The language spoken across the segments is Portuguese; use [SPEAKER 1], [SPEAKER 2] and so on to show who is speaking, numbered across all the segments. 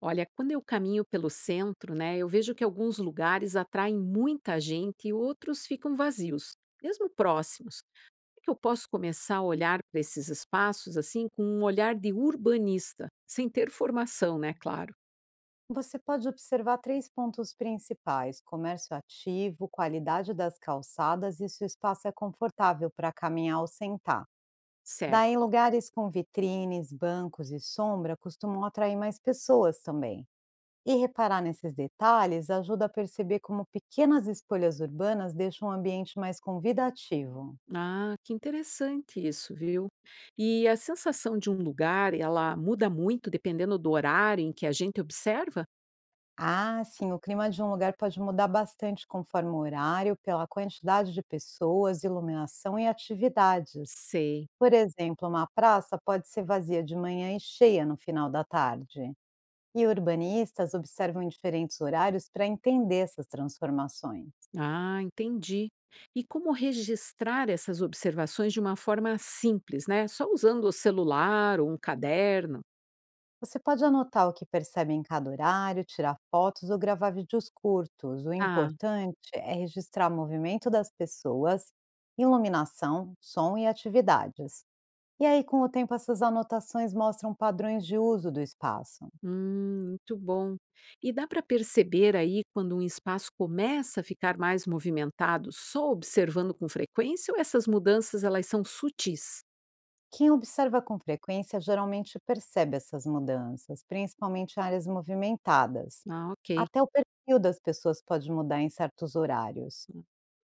[SPEAKER 1] Olha, quando eu caminho pelo centro, né, eu vejo que alguns lugares atraem muita gente e outros ficam vazios, mesmo próximos. Como é que eu posso começar a olhar para esses espaços assim com um olhar de urbanista, sem ter formação, né, claro.
[SPEAKER 2] Você pode observar 3 pontos principais: comércio ativo, qualidade das calçadas e se o espaço é confortável para caminhar ou sentar. Daí,
[SPEAKER 1] Certo.
[SPEAKER 2] lugares com vitrines, bancos e sombra costumam atrair mais pessoas também. E reparar nesses detalhes ajuda a perceber como pequenas escolhas urbanas deixam o ambiente mais convidativo.
[SPEAKER 1] Ah, que interessante isso, viu? E a sensação de um lugar, ela muda muito dependendo do horário em que a gente observa?
[SPEAKER 2] Ah, sim, o clima de um lugar pode mudar bastante conforme o horário, pela quantidade de pessoas, iluminação e atividades.
[SPEAKER 1] Sei.
[SPEAKER 2] Por exemplo, uma praça pode ser vazia de manhã e cheia no final da tarde. E urbanistas observam em diferentes horários para entender essas transformações.
[SPEAKER 1] Ah, entendi. E como registrar essas observações de uma forma simples, né? Só usando o celular ou um caderno.
[SPEAKER 2] Você pode anotar o que percebe em cada horário, tirar fotos ou gravar vídeos curtos. O
[SPEAKER 1] Ah,
[SPEAKER 2] importante é registrar o movimento das pessoas, iluminação, som e atividades. E aí, com o tempo, essas anotações mostram padrões de uso do espaço.
[SPEAKER 1] muito bom. E dá para perceber aí quando um espaço começa a ficar mais movimentado, só observando com frequência ou essas mudanças elas são sutis?
[SPEAKER 2] Quem observa com frequência geralmente percebe essas mudanças, principalmente em áreas movimentadas.
[SPEAKER 1] Ah, ok.
[SPEAKER 2] Até o perfil das pessoas pode mudar em certos horários.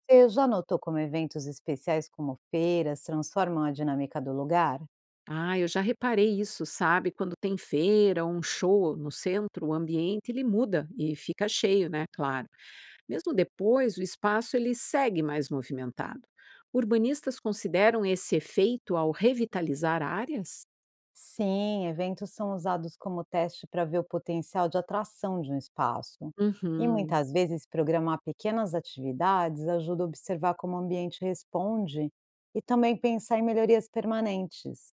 [SPEAKER 2] Você já notou como eventos especiais como feiras transformam a dinâmica do lugar?
[SPEAKER 1] Ah, eu já reparei isso, sabe? Quando tem feira ou um show no centro, o ambiente ele muda e fica cheio, né? Claro. Mesmo depois, o espaço ele segue mais movimentado. Urbanistas consideram esse efeito ao revitalizar áreas?
[SPEAKER 2] Sim, eventos são usados como teste para ver o potencial de atração de um espaço. E
[SPEAKER 1] Uhum.
[SPEAKER 2] muitas vezes programar pequenas atividades ajuda a observar como o ambiente responde e também pensar em melhorias permanentes.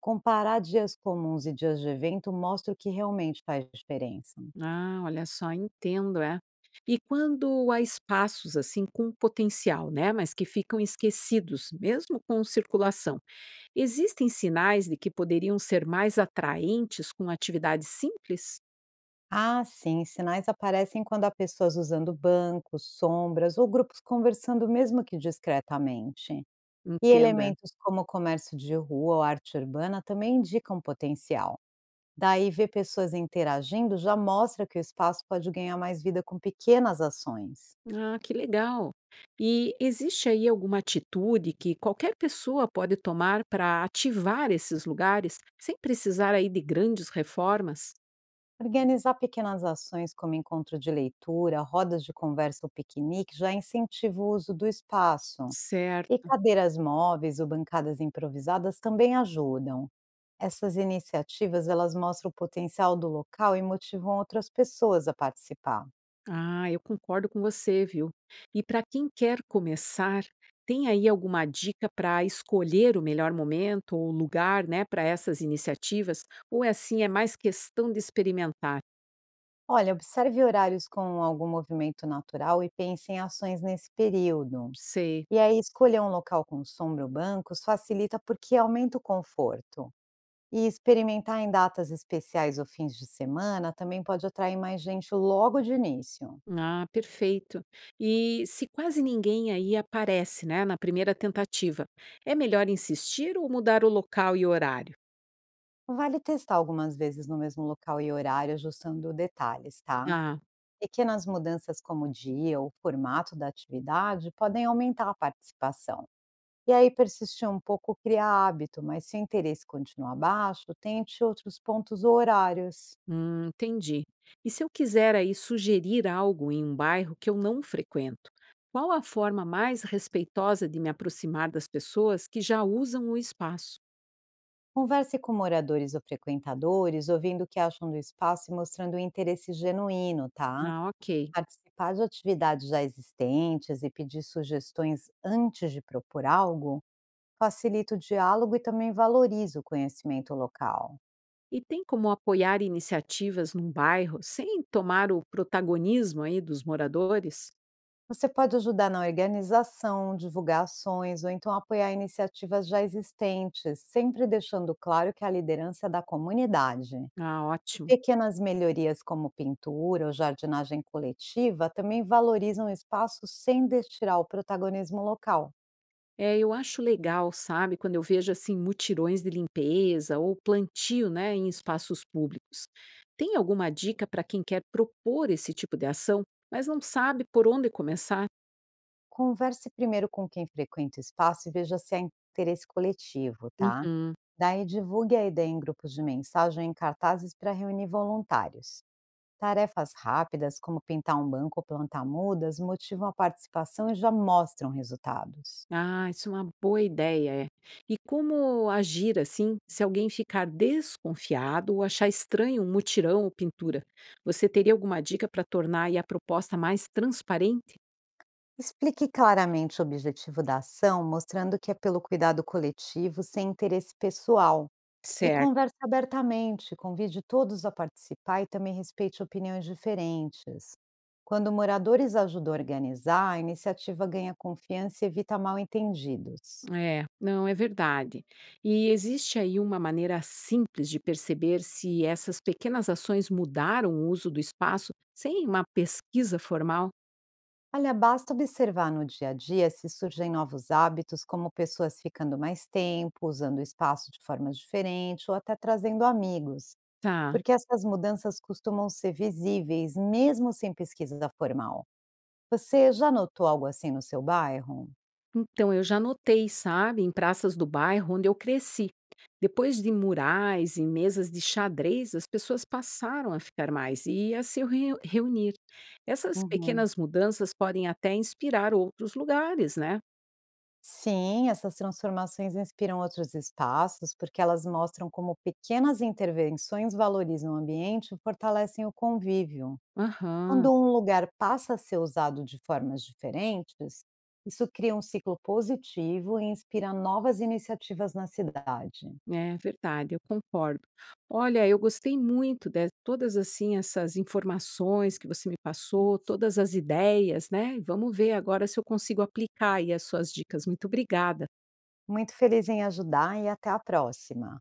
[SPEAKER 2] Comparar dias comuns e dias de evento mostra o que realmente faz diferença.
[SPEAKER 1] Ah, olha só, entendo, é. E quando há espaços assim com potencial, né, mas que ficam esquecidos, mesmo com circulação, existem sinais de que poderiam ser mais atraentes com atividades simples?
[SPEAKER 2] Ah, sim, sinais aparecem quando há pessoas usando bancos, sombras ou grupos conversando mesmo que discretamente. E
[SPEAKER 1] Entenda.
[SPEAKER 2] elementos como comércio de rua ou arte urbana também indicam potencial. Daí, ver pessoas interagindo já mostra que o espaço pode ganhar mais vida com pequenas ações.
[SPEAKER 1] Ah, que legal. E existe aí alguma atitude que qualquer pessoa pode tomar para ativar esses lugares sem precisar aí de grandes reformas?
[SPEAKER 2] Organizar pequenas ações como encontro de leitura, rodas de conversa ou piquenique já incentiva o uso do espaço. E
[SPEAKER 1] Certo.
[SPEAKER 2] cadeiras móveis ou bancadas improvisadas também ajudam. Essas iniciativas, elas mostram o potencial do local e motivam outras pessoas a participar.
[SPEAKER 1] Ah, eu concordo com você, viu? E para quem quer começar, tem aí alguma dica para escolher o melhor momento ou lugar, né, para essas iniciativas? Ou é assim, é mais questão de experimentar?
[SPEAKER 2] Olha, observe horários com algum movimento natural e pense em ações nesse período.
[SPEAKER 1] Sei.
[SPEAKER 2] E aí, escolher um local com sombra ou bancos facilita porque aumenta o conforto. E experimentar em datas especiais ou fins de semana também pode atrair mais gente logo de início.
[SPEAKER 1] Ah, perfeito. E se quase ninguém aí aparece, né, na primeira tentativa, é melhor insistir ou mudar o local e horário?
[SPEAKER 2] Vale testar algumas vezes no mesmo local e horário, ajustando detalhes, tá?
[SPEAKER 1] Ah,
[SPEAKER 2] Pequenas mudanças como o dia ou o formato da atividade podem aumentar a participação. E aí, persistir um pouco cria hábito, mas se o interesse continuar baixo, tente outros pontos ou horários.
[SPEAKER 1] entendi. E se eu quiser aí sugerir algo em um bairro que eu não frequento, qual a forma mais respeitosa de me aproximar das pessoas que já usam o espaço?
[SPEAKER 2] Converse com moradores ou frequentadores, ouvindo o que acham do espaço e mostrando um interesse genuíno, tá?
[SPEAKER 1] Ah, ok.
[SPEAKER 2] Participar de atividades já existentes e pedir sugestões antes de propor algo facilita o diálogo e também valoriza o conhecimento local.
[SPEAKER 1] E tem como apoiar iniciativas num bairro sem tomar o protagonismo aí dos moradores?
[SPEAKER 2] Você pode ajudar na organização, divulgar ações ou então apoiar iniciativas já existentes, sempre deixando claro que é a liderança é da comunidade.
[SPEAKER 1] Ah,
[SPEAKER 2] E
[SPEAKER 1] ótimo.
[SPEAKER 2] pequenas melhorias como pintura ou jardinagem coletiva também valorizam o espaço sem retirar o protagonismo local.
[SPEAKER 1] É, eu acho legal, sabe, quando eu vejo assim mutirões de limpeza ou plantio, né, em espaços públicos. Tem alguma dica para quem quer propor esse tipo de ação, mas não sabe por onde começar?
[SPEAKER 2] Converse primeiro com quem frequenta o espaço e veja se há interesse coletivo, tá?
[SPEAKER 1] Uhum.
[SPEAKER 2] Daí divulgue a ideia em grupos de mensagem ou em cartazes para reunir voluntários. Tarefas rápidas, como pintar um banco ou plantar mudas, motivam a participação e já mostram resultados.
[SPEAKER 1] Ah, isso é uma boa ideia, é. E como agir assim, se alguém ficar desconfiado ou achar estranho um mutirão ou pintura? Você teria alguma dica para tornar aí a proposta mais transparente?
[SPEAKER 2] Explique claramente o objetivo da ação, mostrando que é pelo cuidado coletivo, sem interesse pessoal. E
[SPEAKER 1] Certo.
[SPEAKER 2] converse abertamente, convide todos a participar e também respeite opiniões diferentes. Quando moradores ajudam a organizar, a iniciativa ganha confiança e evita mal-entendidos.
[SPEAKER 1] É, não, é verdade. E existe aí uma maneira simples de perceber se essas pequenas ações mudaram o uso do espaço sem uma pesquisa formal?
[SPEAKER 2] Olha, basta observar no dia a dia se surgem novos hábitos, como pessoas ficando mais tempo, usando o espaço de formas diferentes ou até trazendo amigos,
[SPEAKER 1] Tá.
[SPEAKER 2] porque essas mudanças costumam ser visíveis, mesmo sem pesquisa formal. Você já notou algo assim no seu bairro?
[SPEAKER 1] Então, eu já notei, sabe, em praças do bairro onde eu cresci. Depois de murais e mesas de xadrez, as pessoas passaram a ficar mais e a se reunir. Essas
[SPEAKER 2] Uhum.
[SPEAKER 1] pequenas mudanças podem até inspirar outros lugares, né?
[SPEAKER 2] Sim, essas transformações inspiram outros espaços, porque elas mostram como pequenas intervenções valorizam o ambiente e fortalecem o convívio.
[SPEAKER 1] Aham.
[SPEAKER 2] Quando um lugar passa a ser usado de formas diferentes, isso cria um ciclo positivo e inspira novas iniciativas na cidade.
[SPEAKER 1] É verdade, eu concordo. Olha, eu gostei muito de todas assim essas informações que você me passou, todas as ideias, né? Vamos ver agora se eu consigo aplicar aí as suas dicas. Muito obrigada.
[SPEAKER 2] Muito feliz em ajudar e até a próxima.